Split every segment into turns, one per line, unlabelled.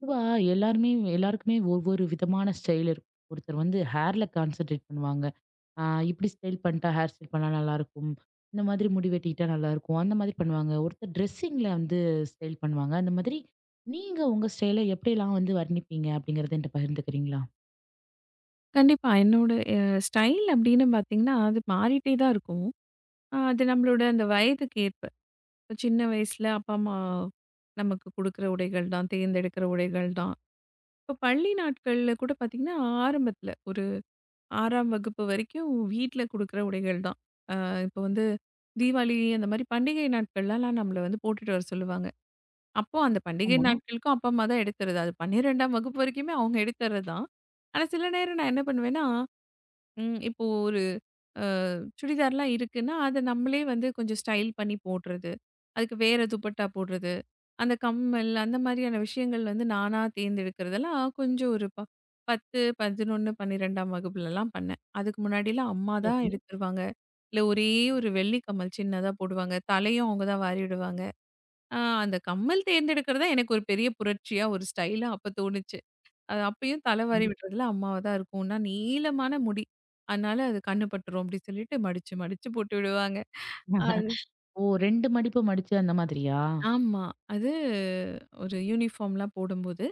பொதுவா எல்லாருமே எல்லாருக்குமே ஒவ்வொரு விதமான ஸ்டைல் இருக்கும். ஒருத்தர் வந்து ஹேர்ல கான்சென்ட்ரேட் பண்ணுவாங்க. ஆ இப்படி ஸ்டைல் பண்ணிட்டா ஹேர் ஸ்டைல் பண்ணா நல்லா இருக்கும். இந்த மாதிரி முடி வெட்டிட்டா நல்லா இருக்கும். அந்த மாதிரி பண்ணுவாங்க. ஒருத்தர் ட்ரெஸ்ஸிங்ல வந்து ஸ்டைல் பண்ணுவாங்க. அந்த மாதிரி நீங்க உங்க ஸ்டைல எப்படிலாம் வந்து வர்ணிப்பீங்க அப்படிங்கறத என்கிட்ட பகிர்ந்துக்கிறீங்களா?
கண்டிப்பா. என்னோட ஸ்டைல் அப்படின்னு பார்த்தீங்கன்னா, அது மாறிட்டே தான் இருக்கும். அது நம்மளோட அந்த வயதுக்கு ஏற்ப. இப்ப சின்ன வயசுல அப்பா, அம்மா நமக்கு குடுக்குற உடைகள் தான், தேர்ந்தெடுக்கிற உடைகள் தான். இப்ப பள்ளி நாட்கள்ல கூட பார்த்தீங்கன்னா, ஆரம்பத்துல ஒரு 6ஆம் வகுப்பு வரைக்கும் வீட்ல குடுக்குற உடைகள் தான். இப்ப வந்து தீபாவளி அந்த மாரி பண்டிகை நாட்கள்லலாம் நம்மள வந்து போட்டுட்டு வர சொல்லுவாங்க. அப்போ அந்த பண்டிகை
ஆமா.
நாட்களுக்கும் அப்பா, அம்மா தான் எடுத்தர்றது. அது 12ஆம் வகுப்பு வரைக்குமே அவங்க எடுத்தர்றது தான். ஆனா, சில நேரம் நான் என்ன பண்ணுவேன்னா, இப்போ ஒரு சுடிதார்லாம் இருக்குன்னா, அத நம்மளே வந்து கொஞ்சம் ஸ்டைல் பண்ணி போடுறது. அதுக்கு வேற துப்பட்டா போடுறது. அந்த கம்மல், அந்த மாரியான விஷயங்கள் வந்து நானா தேர்ந்தெடுக்கிறதெல்லாம் கொஞ்சம் ஒரு 10, 11, 12ஆம் வகுப்புலலாம் பண்ணேன். அதுக்கு முன்னாடிலாம் அம்மா தான்
சரி.
எடுத்துருவாங்க. இல்ல ஒரே ஒரு வெள்ளி கம்மல் சின்னதா போடுவாங்க. தலையும் அவங்க தான் வாரி விடுவாங்க. அ அந்த கம்மல் தேர்ந்தெடுக்கிறது தான் எனக்கு ஒரு பெரிய புரட்சியா, ஒரு ஸ்டைலா அப்ப தோணுச்சு. அது அப்பயும் தலை வாரி
கண்டிப்பா.
விடுறதுல அம்மாவா தான் இருக்கும். நான் நீளமான முடி. அதனால அது கண்ணு பட்டுரும் அப்டி சொல்லிட்டு மடிச்சு, மடிச்சு போட்டு விடுவாங்க. அது
ஓ! 2 மடிப்பு மடிச்சு அந்த மாதிரியா?
ஆமா. அது ஒரு யூனிஃபார்ம்லாம் போடும்போது.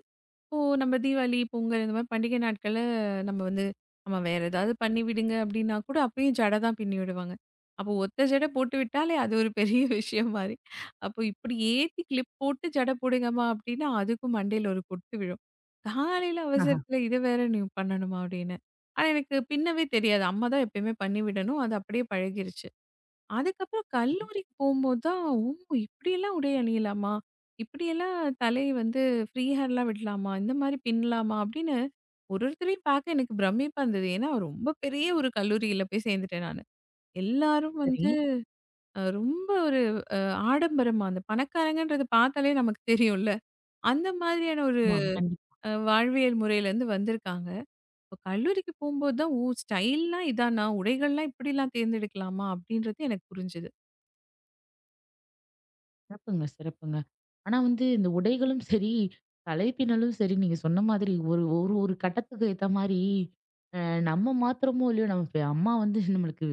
இப்போ நம்ம தீபாவளி, பொங்கல் இந்த மாரி பண்டிகை நாட்கள்ல நம்ம வந்து, "ஆமா வேற ஏதாவது பண்ணி விடுங்க." அப்படின்னா கூட அப்பயும் ஜடை தான் பின்னி விடுவாங்க. அப்போ ஒத்த ஜடை போட்டு விட்டாலே அது ஒரு பெரிய விஷயம் மாரி. அப்போ இப்படி ஏத்தி கிளிப் போட்டு ஜடை போடுங்கம்மா அப்படின்னா, அதுக்கும் மண்டையில ஒரு கொட்டு விழும். காலையில
ஆஹா.
அவசரத்துல இத வேற நீ பண்ணணுமா அப்படின்னு. ஆனா எனக்கு பின்னவே தெரியாது. அம்மா தான் எப்பயுமே பண்ணி விடணும். அது அப்படியே பழகிருச்சு. அதுக்கப்புறம்
சரி,
கல்லூரிக்கு போம்போது தான், ஓ! இப்படியெல்லாம் உடை அணியலாமா? இப்படியெல்லாம் தலை வந்து ஃப்ரீ ஹேர்லாம் விடலாமா? இந்த மாரி பின்னலாமா? அப்படின்னு ஒருத்தரையும் பார்க்க எனக்கு பிரமிப்பா இருந்தது. ஏன்னா, ரொம்ப பெரிய ஒரு கல்லூரியில போய் சேர்ந்துட்டேன் நானு. எல்லாரும்
சரி.
வந்து ரொம்ப ஒரு ஆடம்பரமா, அந்த பணக்காரங்கன்றத பார்த்தாலே நமக்கு தெரியும்ல. அந்த மாதிரியான ஒரு
ஆமா. கண்டிப்பா.
வாழ்வியல் முறையிலேருந்து வந்திருக்காங்க. இப்ப கல்லூரிக்கு போம்போது தான், ஓ! ஸ்டைல்னா இதானா? உடைகள்லாம் இப்படிலாம் தேர்ந்தெடுக்கலாமா? அப்படின்றது எனக்கு புரிஞ்சது.
சிறப்புங்க, சிறப்புங்க. ஆனா வந்து இந்த உடைகளும் சரி, தலைப்பினலும் சரி, நீங்க சொன்ன மாதிரி ஒரு ஒரு ஒரு கட்டத்துக்கு ஏத்த மாரி, அ நம்ம மாத்துறோமோ இல்லையோ, நம்ம அம்மா வந்து நம்மளுக்கு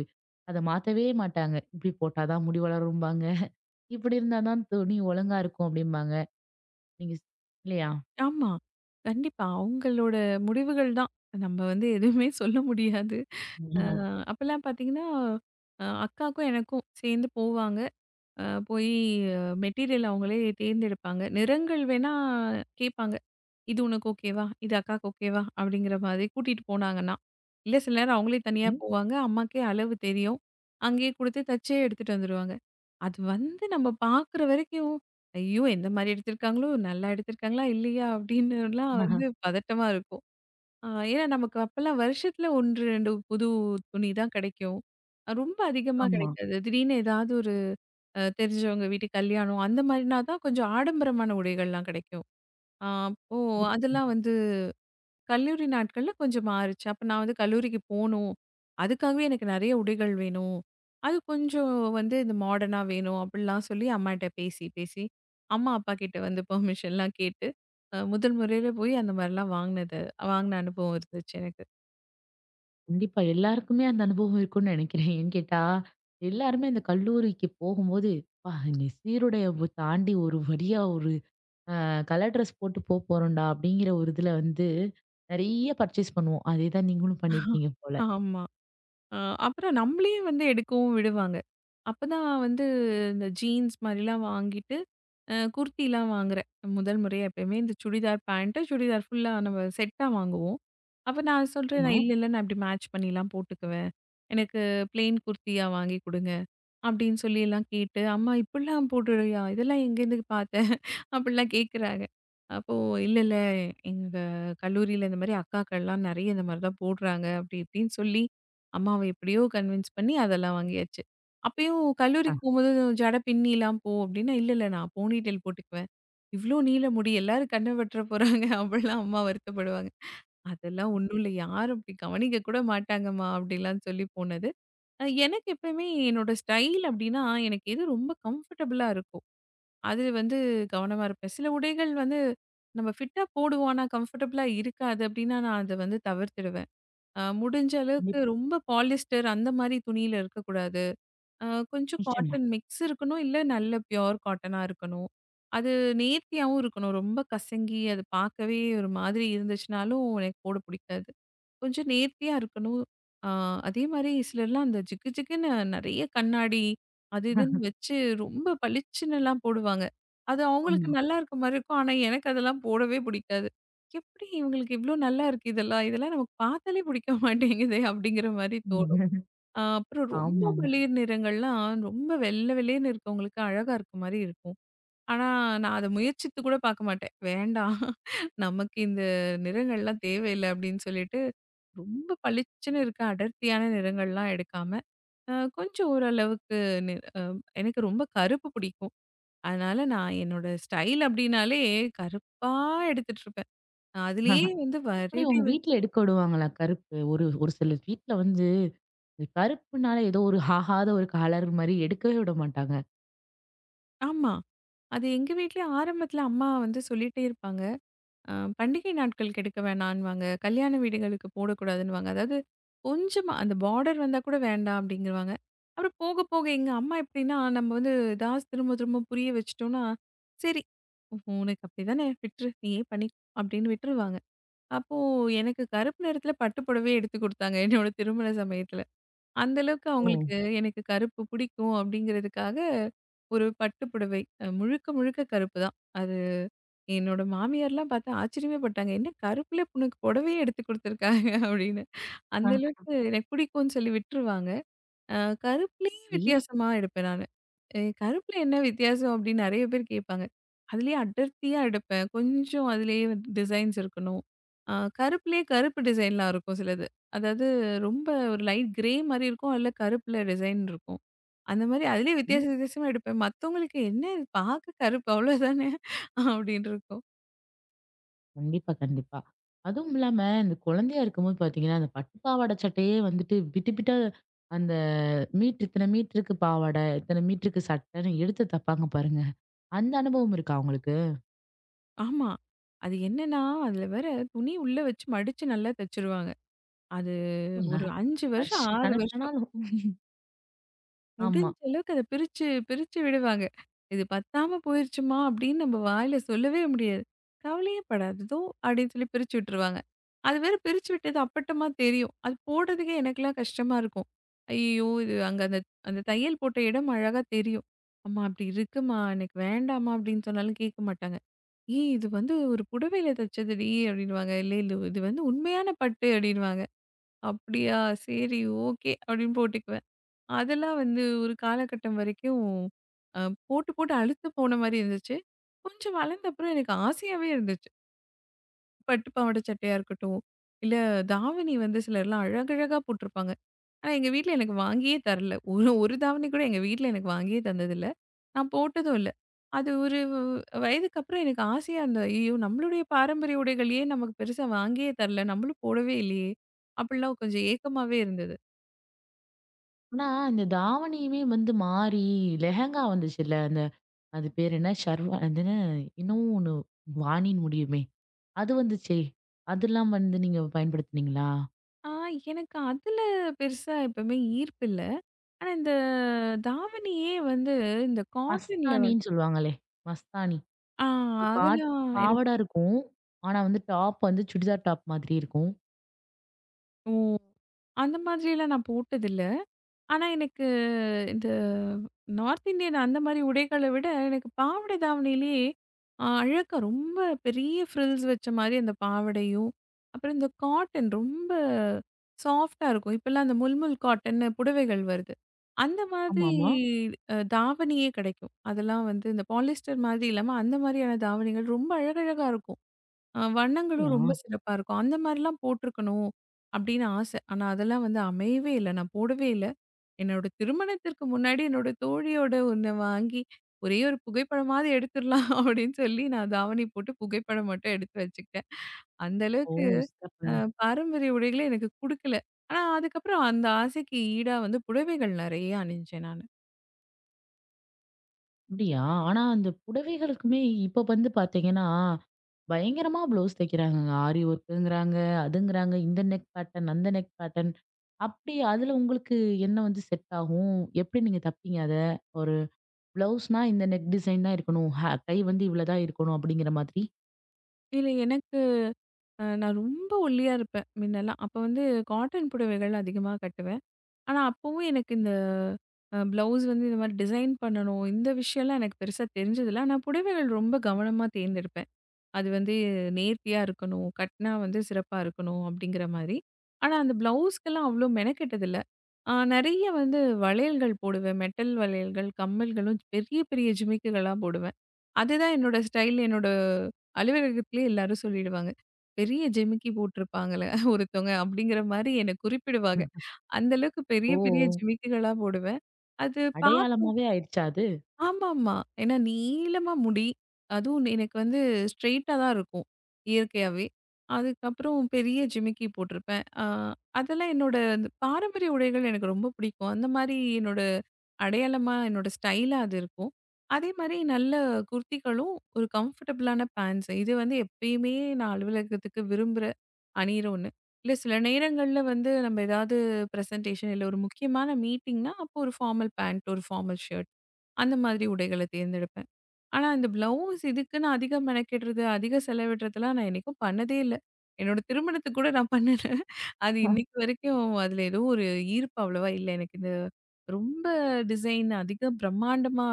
அத மாத்தவே மாட்டாங்க. "இப்படி போட்டா தான் முடி வளரும்பாங்க. இப்படி இருந்தா தான் துணி ஒழுங்கா இருக்கும்" அப்படிம்பாங்க. நீங்க ஸ் இல்லையா?
ஆமா. கண்டிப்பா. அவங்களோட முடிவுகள் தான். நம்ம வந்து எதுவுமே சொல்ல முடியாது. அ
ஆஹா,
அப்பலாம் பார்த்தீங்கன்னா, அக்காக்கும் எனக்கும் சேர்ந்து போவாங்க. போய் மெட்டீரியல் அவங்களே தேர்ந்தெடுப்பாங்க. நிறங்கள் வேணா கேட்பாங்க. "இது உனக்கு ஓகேவா? இது அக்காக்கு ஓகேவா?" அப்படிங்கிற மாதிரி கூட்டிட்டு போனாங்கன்னா. இல்ல சில நேரம் அவங்களே தனியா
சரி.
போவாங்க. அம்மாக்கே அளவு தெரியும். அங்கேயே குடுத்து தச்சே எடுத்துட்டு வந்துருவாங்க. அது வந்து நம்ம பார்க்குற வரைக்கும், "ஐயோ! எந்த மாரி எடுத்திருக்காங்களோ? நல்லா எடுத்திருக்காங்களா? இல்லையா?" அப்படின்னுலாம்
ஆஹா,
வந்து பதட்டமா இருக்கும். அ ஏன்னா நமக்கு அப்பலாம் வருஷத்துல 1, 2 புது துணி தான் கிடைக்கும். ரொம்ப அதிகமா
ஆமா.
கிடைக்காது. திடீர்னு ஏதாவது ஒரு தெரிஞ்சவங்க வீட்டு கல்யாணம் அந்த மாரினா தான் கொஞ்சம் ஆடம்பரமான உடைகள்லாம் கிடைக்கும். அப்போ
கண்டிப்பா,
அதெல்லாம் வந்து கல்லூரி நாட்கள்ல கொஞ்சம் மாறுச்சு. அப்ப நான் வந்து கல்லூரிக்கு போணும். அதுக்காகவே எனக்கு நெறைய உடைகள் வேணும். அது கொஞ்சம் வந்து இந்த மாடர்னா வேணும் அப்டிலாம் சொல்லி அம்மாட்ட பேசி, பேசி அம்மா, அப்பா கிட்ட வந்து பெர்மிஷன்லாம் கேட்டு முதல் முறையில போய் அந்த மாரிலாம் வாங்கினது வாங்கின அனுபவம் இருந்துச்சு எனக்கு.
கண்டிப்பா. எல்லாருக்குமே அந்த அனுபவம் இருக்கும்னு நினைக்கிறேன். ஏன்னு கேட்டா, எல்லாருமே அந்த கல்லூரிக்கு போகும்போது, "அப்பா! இந்த சீருடைய தாண்டி ஒரு வழியா ஒரு கலர் ட்ரெஸ் போட்டு போறோம்டா அப்படிங்கிற ஒரு இதுல வந்து நிறைய பர்ச்சேஸ் பண்ணுவோம். அதே தான் நீங்களும் பண்ணியிருக்கீங்க போல.
ஆமா. அ அப்புறம் நம்மளயே வந்து எடுக்கவும் விடுவாங்க. அப்பதான் வந்து இந்த ஜீன்ஸ் மாரிலாம் வாங்கிட்டு, குர்திலாம் வாங்குறேன். முதல் முறையா எப்பயுமே இந்த சுடிதார் பேண்ட்டு, சுடிதார் ஃபுல்லா நம்ம செட்டா வாங்குவோம். அப்ப நான் சொல்றேன்,
ஆமா.
"நான் இல்ல, இல்ல நான் இப்படி மேட்ச் பண்ணிலாம் போட்டுக்குவேன். எனக்கு பிளெயின் குர்தியா வாங்கி குடுங்க." அப்படின்னு சொல்லிலாம் கேட்டு, "அம்மா இப்படிலாம் போடுறியா? இதெல்லாம் எங்கேருந்து பார்த்த?" அப்படிலாம் கேட்குறாங்க. அப்போ "இல்ல, இல்ல எங்க கல்லூரியில இந்த மாரி அக்காக்கள்லாம் நெறைய இந்த மாரி தான் போடுறாங்க." அப்படி இப்படின்னு சொல்லி, அம்மாவ எப்படியோ கன்வின்ஸ் பண்ணி அதெல்லாம் வாங்கியாச்சு. அப்பயும்
ஆ.
கல்லூரிக்கு போம்போது "ஜட பின்னிலாம் போ" அப்படின்னா, "இல்ல, இல்ல நான் போனிடெயில் போட்டுக்குவேன்." "இவ்ளோ நீள முடி எல்லாரும் கண்ண வெட்டற போறாங்க." அப்படிலாம் அம்மா வருத்தப்படுவாங்க. "அதெல்லாம் ஒண்ணும் இல்ல. யாரும் அப்படி கவனிக்க கூட மாட்டாங்கம்மா." அப்படிலாம் சொல்லி போனது. எனக்கு எப்பயுமே என்னோட ஸ்டைல் அப்படின்னா, எனக்கு எது ரொம்ப கம்ஃபர்டபுளா இருக்கோ அது வந்து கவனமா இருப்பேன். சில உடைகள் வந்து நம்ம ஃபிட்டா போடுவோம். ஆனா, கம்ஃபர்டபுளா இருக்காது அப்படின்னா, நான் அத வந்து தவிர்த்துடுவேன். முடிஞ்ச அளவுக்கு
கண்டிப்பா.
ரொம்ப பாலிஸ்டர் அந்த மாரி துணியில இருக்கக்கூடாது. அ கொஞ்சம்
நிச்சயமா.
காட்டன் மிக்ஸ் இருக்கணும். இல்ல நல்ல பியூர் காட்டனா இருக்கணும். அது நேர்த்தியாவும் இருக்கணும். ரொம்ப கசங்கி அது பார்க்கவே ஒரு மாதிரி இருந்துச்சுனாலும் எனக்கு போட பிடிக்காது. கொஞ்சம் நேர்த்தியா இருக்கணும். ஆ அதே மாரி சிலர்லாம் அந்த ஜிகு ஜிகுன்னு நெறைய கண்ணாடி, அது இதுன்னு வச்சு ரொம்ப பளிச்சுன்னுலாம் போடுவாங்க. அது அவங்களுக்கு
ஆமா.
நல்லா இருக்க மாரி இருக்கும். ஆனா, எனக்கு அதெல்லாம் போடவே பிடிக்காது. "எப்படி இவங்களுக்கு இவ்ளோ நல்லா இருக்கு இதெல்லாம்? இதெல்லாம் நமக்கு பார்த்தாலே பிடிக்க மாட்டேங்குதே!" அப்படிங்கிற மாரி தோணும். அப்புறம் ரொம்ப
ஆமாமா.
வெளிர் நிறங்கள்லாம் ரொம்ப வெள்ள வெள்ளேன்னு இருக்கவங்களுக்கு அழகா இருக்க மாரி இருக்கும். ஆனா, நான் அத முயற்சித்து கூட பாக்க மாட்டேன். வேண்டாம் நமக்கு இந்த நிறங்கள்லாம் தேவையில்ல அப்படின்னு சொல்லிட்டு, ரொம்ப பளிச்சுன்னு இருக்க அடர்த்தியான நிறங்கள்லாம் எடுக்காம, கொஞ்சம் ஓரளவுக்கு நி அ எனக்கு ரொம்ப கருப்பு பிடிக்கும். அதனால நான் என்னோட ஸ்டைல் அப்படின்னாலே கருப்பா எடுத்துட்டு இருப்பேன். நான் அதுலயே வந்து
எப்படி
வெரைட்டி
உங்க வீட்ல எடுக்க விடுவாங்களா கருப்பு? ஒரு ஒரு சில வீட்ல வந்து கருப்புனால ஏதோ ஒரு ஆகாத ஒரு கலர் மாரி எடுக்கவே விட மாட்டாங்க.
ஆமா. அது எங்க வீட்லயும் ஆரம்பத்துல அம்மா வந்து சொல்லிட்டே இருப்பாங்க. அ பண்டிகை நாட்களுக்கு எடுக்க வேணான்னுவாங்க. கல்யாண வீடுகளுக்கு போடக்கூடாதுன்னுவாங்க. அதாவது கொஞ்சமா அந்த பார்டர் வந்தா கூட வேண்டாம் அப்டிங்கிறவாங்க. அப்புறம் போக, போக எங்க அம்மா எப்டின்னா, நம்ம வந்து ஏதாவது திரும்ப, திரும்ப புரிய வச்சுட்டோம்னா, சரி உனக்கு அப்டிதானே விட்ரு நீயே பண்ணிக்கோ அப்டின்னு விட்டுருவாங்க. அப்போ எனக்கு கருப்பு நிறத்துல பட்டு புடவையே எடுத்து குடுத்தாங்க என்னோட திருமண சமயத்துல. அந்த அளவுக்கு
ஓ!
அவங்களுக்கு எனக்கு கருப்பு பிடிக்கும் அப்டிங்கிறதுக்காக ஒரு பட்டு புடவை. முழுக்க, முழுக்க கருப்பு தான். அது என்னோட மாமியார்லாம் பாத்து ஆச்சரியமே பட்டாங்க. "என்ன கருப்புல உனக்கு புடவையே எடுத்து குடுத்துருக்காங்க" அப்படின்னு.
ஆ.
அந்த அளவுக்கு எனக்கு பிடிக்கும்னு சொல்லி விட்டுருவாங்க. அ கருப்புலயே
சரி.
வித்தியாசமா எடுப்பேன் நானு. கருப்புல என்ன வித்தியாசம் அப்படின்னு நெறைய பேர் கேட்பாங்க. அதுலயே அடர்த்தியா எடுப்பேன். கொஞ்சம் அதுலயே வந்து டிசைன்ஸ் இருக்கணும். அ கருப்புலயே கருப்பு டிசைன்லாம் இருக்கும் சிலது. அதாவது ரொம்ப ஒரு லைட் கிரே மாரி இருக்கும். அதுல கருப்புல டிசைன் இருக்கும். அந்த மாரி அதுலயே வித்தியாச
ம்.
வித்தியாசமா எடுப்பேன். மத்தவங்களுக்கு "என்ன இது பாக்க கருப்பு அவ்வளோதானே" அப்படின்னு இருக்கும்.
கண்டிப்பா, கண்டிப்பா. அதுவும் இல்லாம இந்த குழந்தையா இருக்கும்போது பார்த்தீங்கன்னா, அந்த பட்டு பாவாடை சட்டையே வந்துட்டு பிட்டு பிட்டா அந்த மீட்டர் இத்தன மீட்டருக்கு பாவாடை, இத்தன மீட்டருக்கு சட்டைன்னு எடுத்து தப்பாங்க பாருங்க. அந்த அனுபவம் இருக்கா உங்களுக்கு?
ஆமா. அது என்னன்னா, அதில வேற துணி உள்ள வச்சு மடிச்சு நல்லா தச்சுருவாங்க. அது ஒரு 5
வருஷ
வருஷம், 6 வருஷம்
கணக்கானாலும்
முடிஞ்ச
ஆமா.
அளவுக்கு அத பிரிச்சு, பிரிச்சு விடுவாங்க. இது பத்தாம போயிருச்சுமா அப்படின்னு நம்ம வாயில சொல்லவே முடியாது. கவலையே படாத இதோ அப்படின்னு சொல்லி பிரிச்சு விட்டுருவாங்க. அது வேற பிரிச்சு விட்டது அப்பட்டமா தெரியும். அது போடுறதுக்கே எனக்கெல்லாம் கஷ்டமா இருக்கும். ஐயய்யோ! இது அங்க அந்த அந்த தையல் போட்ட இடம் அழகா தெரியும். அம்மா அப்படி இருக்குமா, எனக்கு வேண்டாம்மா அப்படின்னு சொன்னாலும் கேட்க மாட்டாங்க. ஏய்! இது வந்து ஒரு புடவையில தச்சதுடி அப்டின்னுவாங்க. இல்ல, இல்ல இது வந்து உண்மையான பட்டு அப்டின்னுவாங்க. அப்டியா! சரி ஓகே அப்டின்னு போட்டுக்குவேன். அதெல்லாம் வந்து ஒரு காலகட்டம் வரைக்கும் அ போட்டு, போட்டு அலுத்து போன மாரி இருந்துச்சு. கொஞ்சம் வளர்ந்த அப்புறம் எனக்கு ஆசையாவே இருந்துச்சு. பட்டு பாவாடை சட்டையா இருக்கட்டும், இல்ல தாவணி வந்து சிலர்லாம் அழகழகா போட்டிருப்பாங்க. ஆனா, எங்க வீட்ல எனக்கு வாங்கியே தரல. ஒரு ஒரு தாவணி கூட எங்க வீட்ல எனக்கு வாங்கியே தந்ததில்ல. நான் போட்டதும் இல்ல. அது ஒரு வயதுக்கு அப்புறம் எனக்கு ஆசையா இருந்தது. ஐயோ! நம்மளுடைய பாரம்பரிய உடைகளையே நமக்கு பெருசா வாங்கியே தரல. நம்மளும் போடவே இல்லையே! அப்படிலாம் கொஞ்சம் ஏக்கமாவே இருந்தது.
ஆனா இந்த தாவணியுமே வந்து மாறி லெஹெங்கா வந்துச்சுல்ல. அது பேர் என்ன? ஷர்வா அது என்ன? இன்னமும் ஒண்ணு வாணின்னு முடியுமே. அது வந்துச்சே. அதெல்லாம் வந்து நீங்க பயன்படுத்துனீங்களா?
ஆ எனக்கு அதுல பெருசா எப்பவுமே ஈர்ப்பு இல்ல. ஆனா, இந்த தாவணியே வந்து இந்த காட்டன்ல வந்து
மஸ்தானின்னு சொல்லுவாங்களே. மஸ்தானி.
ஆ
பாட்
அதெல்லாம் எனக்கு
பாவாடை இருக்கும். ஆனா வந்து டாப் வந்து சுடிதார் டாப் மாதிரி இருக்கும்.
ஓ! அந்த மாதிரியெல்லாம் நான் போட்டதில்ல. ஆனா, எனக்கு இந்த நார்த் இந்தியன் அந்த மாரி உடைகள விட, எனக்கு பாவாடை தாவணியிலேயே அழகா ரொம்ப பெரிய ஃப்ரில்ஸ் வச்ச மாரி அந்த பாவாடையும், அப்புறம் இந்த காட்டன் ரொம்ப சாஃப்ட்டா இருக்கும். இப்பலாம் அந்த முல்முல் காட்டன்னு புடவைகள் வருது. அந்த மாதிரி
ஆமாமா.
தாவணியே கிடைக்கும். அதெல்லாம் வந்து இந்த பாலிஸ்டர் மாதிரி இல்லாம, அந்த மாதிரியான தாவணிகள் ரொம்ப அழகழகா இருக்கும். வண்ணங்களும்
அப்படியா?
ரொம்ப சிறப்பா இருக்கும். அந்த மாரிலாம் போட்டுருக்கணும் அப்படின்னு ஆசை. ஆனா, அதெல்லாம் வந்து அமையவே இல்ல. நான் போடவே இல்ல. என்னோட திருமணத்திற்கு முன்னாடி என்னோட தோழியோட ஒண்ண வாங்கி, ஒரே ஒரு புகைப்படமாவது எடுத்துரலாம் அப்டின்னு சொல்லி நான் தாவணி போட்டு புகைப்படம் மட்டும் எடுத்து வச்சுக்கிட்டேன். அந்த
ஓ!
அளவுக்கு அ
சிறப்புங்க.
பாரம்பரிய உடைகள எனக்கு குடுக்கல. ஆனா அதுக்கப்புறம் அந்த ஆசைக்கு ஈடா வந்து புடவைகள் நெறைய அணிஞ்சேன் நானு.
அப்படியா? ஆனா அந்த புடவைகளுக்குமே இப்ப வந்து பாத்தீங்கன்னா, பயங்கரமா ப்ளவுஸ் தைக்கிறாங்கங்க. ஆரி ஒர்க்குங்கிறாங்க, அதுங்கிறாங்க, இந்த நெக் பேட்டர்ன், அந்த நெக் பேட்டர்ன். அப்படி அதுல உங்களுக்கு என்ன வந்து செட் ஆகும்? எப்படி நீங்க தப்பீங்க அத? ஒரு ப்ளவுஸ்னா இந்த நெக் டிசைன் தான் இருக்கணும். கை வந்து இவ்வள தான் இருக்கணும் அப்படிங்கிற மாதிரி?
இதுல எனக்கு நான் ரொம்ப ஒல்லியா இருப்பேன் முன்னலாம். அப்ப வந்து காட்டன் புடவைகள் அதிகமா கட்டுவேன். ஆனா அப்பவும் எனக்கு இந்த ப்ளவுஸ் வந்து இந்த மாரி டிசைன் பண்ணணும், இந்த விஷயம்லாம் எனக்கு பெருசா தெரிஞ்சதில்ல. ஆனா புடவைகள் ரொம்ப கவனமா தேர்ந்தெடுப்பேன். அது வந்து நேர்த்தியா இருக்கணும். கட்னா வந்து சிறப்பா இருக்கணும் அப்படிங்கிற மாரி. ஆனா, அந்த ப்ளவுஸ்க்கெல்லாம் அவ்ளோ மெனக்கெட்டதில்ல. நெறைய வந்து வளையல்கள் போடுவேன். மெட்டல் வளையல்கள், கம்மல்களும் பெரிய பெரிய ஜிமிக்குகளா போடுவேன். அதுதான் என்னோட ஸ்டைல். என்னோட அலுவலகத்திலேயே எல்லாரும் சொல்லிடுவாங்க. பெரிய ஜிமிக்கி போட்டிருப்பாங்களே ஒருத்தவங்க அப்படிங்கிற மாரி என்ன குறிப்பிடுவாங்க.
ம்.
அந்த அளவுக்கு பெரிய பெரிய
ஓ!
ஜிமிக்குகளா போடுவேன். அது பா
அடையாளமாவே ஆயிடுச்சா அது?
ஆமாமா. ஏன்னா நீளமா முடி. அதுவும் எனக்கு வந்து ஸ்ட்ரெய்ட்டா தான் இருக்கும். இயற்கையாவே. அதுக்கப்புறம் பெரிய ஜிமிக்கி போட்டிருப்பேன். அதெல்லாம் என்னோட அந்த பாரம்பரிய உடைகள் எனக்கு ரொம்ப பிடிக்கும். அந்த மாரி என்னோட அடையாளமா, என்னோட ஸ்டைலா அது இருக்கும். அதே மாரி நல்ல குர்திகளும், ஒரு கம்ஃபர்டபுளான பேண்ட்ஸ். இது வந்து எப்பயுமே நான் அலுவலகத்துக்கு விரும்புற அணியிற ஒண்ணு. இல்ல சில நேரங்கள்ல வந்து நம்ம ஏதாவது பிரசன்டேஷன் இல்ல ஒரு முக்கியமான மீட்டிங்னா, அப்போ ஒரு ஃபார்மல் பேண்ட், ஒரு ஃபார்மல் ஷர்ட். அந்த மாதிரி உடைகள தேர்ந்தெடுப்பேன். ஆனா இந்த ப்ளவுஸ் இதுக்குன்னு அதிக மெனக்கெடுறது, அதிக செலவிடுறதெல்லாம் நான் என்னைக்கும் பண்ணதே இல்ல. என்னோட திருமணத்துக்கு கூட நான் பண்ணல. அது இன்னைக்கு வரைக்கும் அதுல ஏதோ ஒரு ஈர்ப்பு அவ்வளவா இல்ல. எனக்கு இந்த ரொம்ப டிசைன் அதிக பிரம்மாண்டமா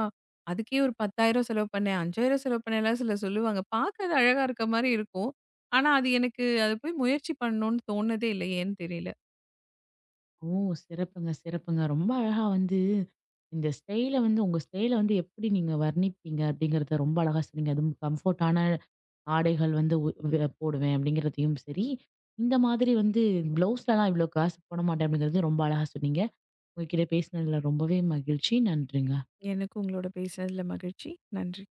அதுக்கே ஒரு 10,000 செலவு பண்ணேன், 5,000 செலவு பண்ணேன்லாம் சிலர் சொல்லுவாங்க. பார்க்க அது அழகா இருக்க மாரி இருக்கும். ஆனா அது எனக்கு அது போய் முயற்சி பண்ணணும்னு தோணுனதே இல்ல. ஏன்னு தெரியல.
ஓ! சிறப்புங்க, சிறப்புங்க. ரொம்ப அழகா வந்து இந்த ஸ்டைல வந்து உங்க ஸ்டைல வந்து எப்படி நீங்க வர்ணிப்பீங்க அப்படிங்கிறத ரொம்ப அழகா சொன்னீங்க. அதுவும் கம்ஃபோர்ட்டான ஆடைகள் வந்து உ வ போடுவேன் அப்படிங்கிறதையும் சரி, இந்த மாதிரி வந்து ப்ளவுஸ்லலாம் இவ்வளோ காசு போட மாட்டேன் அப்படிங்கிறது ரொம்ப அழகா சொன்னீங்க. உங்க கிட்ட பேசினதுல ரொம்பவே மகிழ்ச்சி. நன்றிங்க.
எனக்கு உங்களோட பேசினதுல மகிழ்ச்சி. நன்றி.